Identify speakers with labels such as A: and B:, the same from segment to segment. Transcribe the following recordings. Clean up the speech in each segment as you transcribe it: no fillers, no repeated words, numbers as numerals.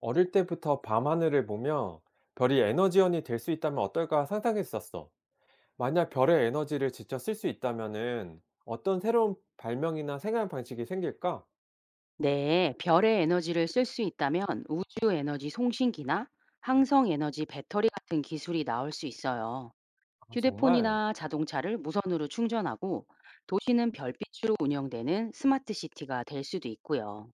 A: 어릴 때부터 밤하늘을 보며 별이 에너지원이 될 수 있다면 어떨까 상상했었어. 만약 별의 에너지를 직접 쓸 수 있다면은 어떤 새로운 발명이나 생활 방식이 생길까?
B: 네, 별의 에너지를 쓸 수 있다면 우주 에너지 송신기나 항성 에너지 배터리 같은 기술이 나올 수 있어요.
A: 아, 정말?
B: 휴대폰이나 자동차를 무선으로 충전하고 도시는 별빛으로 운영되는 스마트 시티가 될 수도 있고요.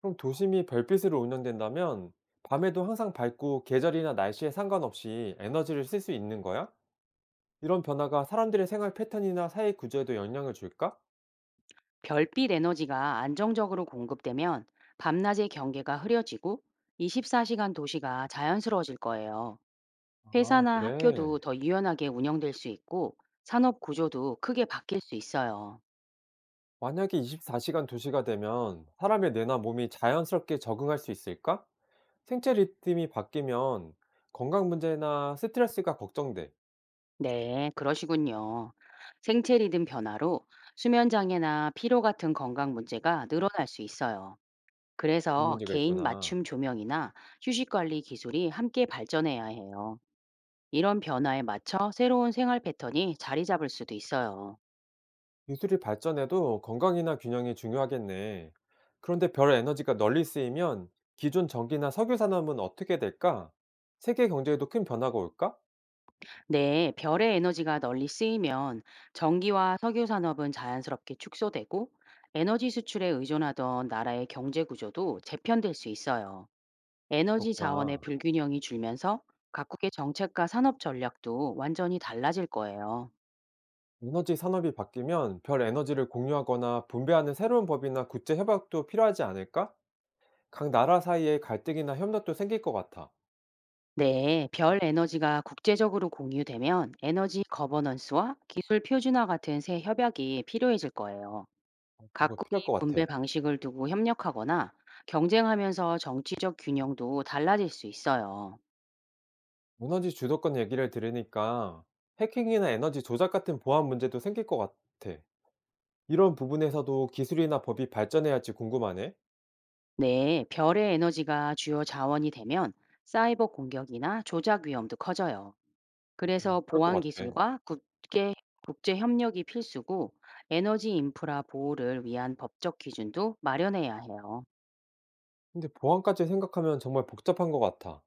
A: 그럼 도심이 별빛으로 운영된다면 밤에도 항상 밝고 계절이나 날씨에 상관없이 에너지를 쓸 수 있는 거야? 이런 변화가 사람들의 생활 패턴이나 사회 구조에도 영향을 줄까?
B: 별빛 에너지가 안정적으로 공급되면 밤낮의 경계가 흐려지고 24시간 도시가 자연스러워질 거예요.
A: 아,
B: 회사나
A: 그래.
B: 학교도 더 유연하게 운영될 수 있고 산업 구조도 크게 바뀔 수 있어요.
A: 만약에 24시간 도시가 되면 사람의 뇌나 몸이 자연스럽게 적응할 수 있을까? 생체 리듬이 바뀌면 건강 문제나 스트레스가 걱정돼.
B: 네, 그러시군요. 생체 리듬 변화로 수면 장애나 피로 같은 건강 문제가 늘어날 수 있어요.
A: 그런
B: 그래서
A: 문제가
B: 개인
A: 있구나.
B: 맞춤 조명이나 휴식 관리 기술이 함께 발전해야 해요. 이런 변화에 맞춰 새로운 생활 패턴이 자리 잡을 수도 있어요.
A: 기술이 발전해도 건강이나 균형이 중요하겠네. 그런데 별 에너지가 널리 쓰이면 기존 전기나 석유 산업은 어떻게 될까? 세계 경제에도 큰 변화가 올까?
B: 네, 별의 에너지가 널리 쓰이면 전기와 석유 산업은 자연스럽게 축소되고 에너지 수출에 의존하던 나라의 경제 구조도 재편될 수 있어요. 에너지 자원의
A: 그렇구나.
B: 불균형이 줄면서 각국의 정책과 산업 전략도 완전히 달라질 거예요.
A: 에너지 산업이 바뀌면 별 에너지를 공유하거나 분배하는 새로운 법이나 국제 협약도 필요하지 않을까? 각 나라 사이에 갈등이나 협력도 생길 것 같아.
B: 네, 별 에너지가 국제적으로 공유되면 에너지 거버넌스와 기술 표준화 같은 새 협약이 필요해질 거예요.
A: 어, 그거
B: 각국이
A: 필요할 것 같아.
B: 분배 방식을 두고 협력하거나 경쟁하면서 정치적 균형도 달라질 수 있어요.
A: 에너지 주도권 얘기를 들으니까 해킹이나 에너지 조작 같은 보안 문제도 생길 것 같아. 이런 부분에서도 기술이나 법이 발전해야 할지 궁금하네.
B: 네, 별의 에너지가 주요 자원이 되면 사이버 공격이나 조작 위험도 커져요.
A: 어,
B: 그래서
A: 그럴 것
B: 보안
A: 같아.
B: 기술과 국제, 국제 협력이 필수고 에너지 인프라 보호를 위한 법적 기준도 마련해야 해요.
A: 근데 보안까지 생각하면 정말 복잡한 것 같아.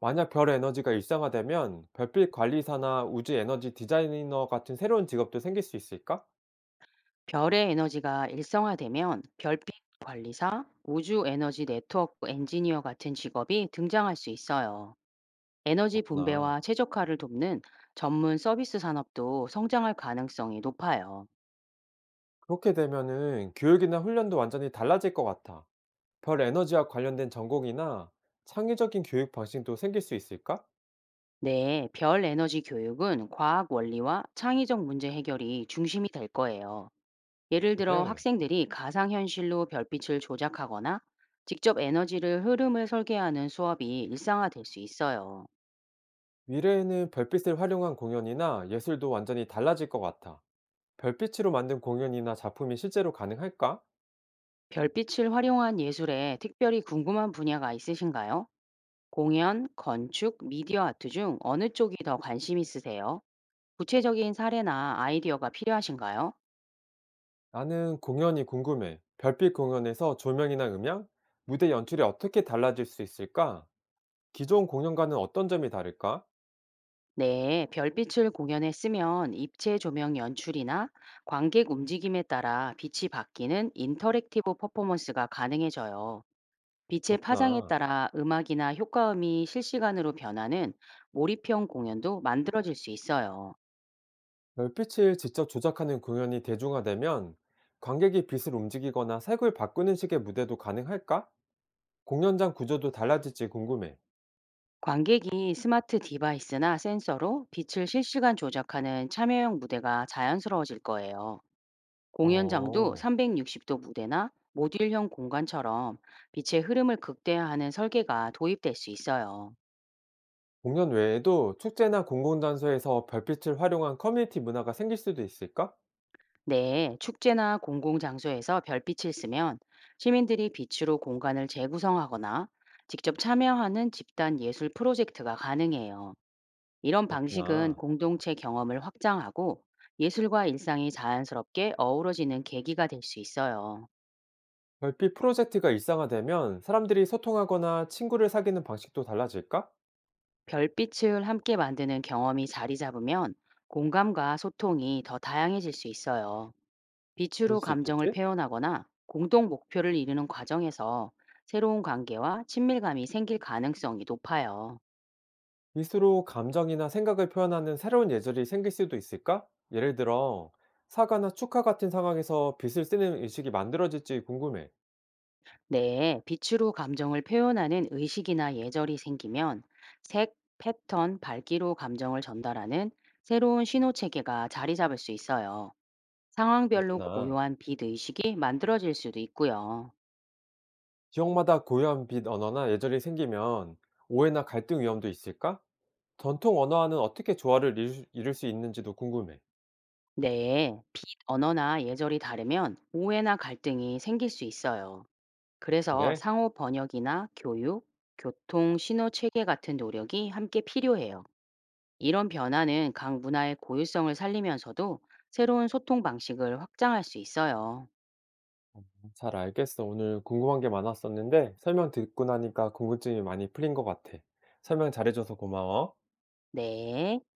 A: 만약 별 에너지가 일상화되면 별빛 관리사나 우주 에너지 디자이너 같은 새로운 직업도 생길 수 있을까?
B: 별의 에너지가 일성화되면 별빛 관리사, 우주 에너지 네트워크 엔지니어 같은 직업이 등장할 수 있어요. 에너지
A: 그렇구나.
B: 분배와 최적화를 돕는 전문 서비스 산업도 성장할 가능성이 높아요.
A: 그렇게 되면은 교육이나 훈련도 완전히 달라질 것 같아. 별 에너지와 관련된 전공이나 창의적인 교육 방식도 생길 수 있을까?
B: 네, 별 에너지 교육은 과학 원리와 창의적 문제 해결이 중심이 될 거예요. 예를 들어
A: 그래.
B: 학생들이 가상현실로 별빛을 조작하거나 직접 에너지를 흐름을 설계하는 수업이 일상화될 수 있어요.
A: 미래에는 별빛을 활용한 공연이나 예술도 완전히 달라질 것 같아. 별빛으로 만든 공연이나 작품이 실제로 가능할까?
B: 별빛을 활용한 예술에 특별히 궁금한 분야가 있으신가요? 공연, 건축, 미디어 아트 중 어느 쪽이 더 관심 있으세요? 구체적인 사례나 아이디어가 필요하신가요?
A: 나는 공연이 궁금해. 별빛 공연에서 조명이나 음향, 무대 연출이 어떻게 달라질 수 있을까? 기존 공연과는 어떤 점이 다를까?
B: 네, 별빛을 공연에 쓰면 입체 조명 연출이나 관객 움직임에 따라 빛이 바뀌는 인터랙티브 퍼포먼스가 가능해져요. 빛의 파장에
A: 그렇구나.
B: 따라 음악이나 효과음이 실시간으로 변하는 몰입형 공연도 만들어질 수 있어요.
A: 별빛을 직접 조작하는 공연이 대중화되면 관객이 빛을 움직이거나 색을 바꾸는 식의 무대도 가능할까? 공연장 구조도 달라질지 궁금해.
B: 관객이 스마트 디바이스나 센서로 빛을 실시간 조작하는 참여형 무대가 자연스러워질 거예요. 공연장도
A: 어.
B: 360도 무대나 모듈형 공간처럼 빛의 흐름을 극대화하는 설계가 도입될 수 있어요.
A: 공연 외에도 축제나 공공장소에서 별빛을 활용한 커뮤니티 문화가 생길 수도 있을까?
B: 네, 축제나 공공장소에서 별빛을 쓰면 시민들이 빛으로 공간을 재구성하거나 직접 참여하는 집단 예술 프로젝트가 가능해요. 이런 방식은
A: 그렇구나.
B: 공동체 경험을 확장하고 예술과 일상이 자연스럽게 어우러지는 계기가 될 수 있어요.
A: 별빛 프로젝트가 일상화되면 사람들이 소통하거나 친구를 사귀는 방식도 달라질까?
B: 별빛을 함께 만드는 경험이 자리 잡으면 공감과 소통이 더 다양해질 수 있어요.
A: 그럴
B: 빛으로
A: 수
B: 감정을
A: 있겠지?
B: 표현하거나 공동 목표를 이루는 과정에서 새로운 관계와 친밀감이 생길 가능성이 높아요.
A: 빛으로 감정이나 생각을 표현하는 새로운 예절이 생길 수도 있을까? 예를 들어, 사과나 축하 같은 상황에서 빛을 쓰는 의식이 만들어질지 궁금해.
B: 네, 빛으로 감정을 표현하는 의식이나 예절이 생기면 색, 패턴, 밝기로 감정을 전달하는 새로운 신호 체계가 자리 잡을 수 있어요. 상황별로
A: 그렇구나.
B: 고요한 빛 의식이 만들어질 수도 있고요.
A: 지역마다 고유한 빛 언어나 예절이 생기면 오해나 갈등 위험도 있을까? 전통 언어와는 어떻게 조화를 이룰 수 있는지도 궁금해.
B: 네, 빛 언어나 예절이 다르면 오해나 갈등이 생길 수 있어요. 그래서
A: 그래?
B: 상호 번역이나 교육, 교통, 신호 체계 같은 노력이 함께 필요해요. 이런 변화는 각 문화의 고유성을 살리면서도 새로운 소통 방식을 확장할 수 있어요.
A: 잘 알겠어. 오늘 궁금한 게 많았었는데 설명 듣고 나니까 궁금증이 많이 풀린 것 같아. 설명 잘해줘서 고마워.
B: 네.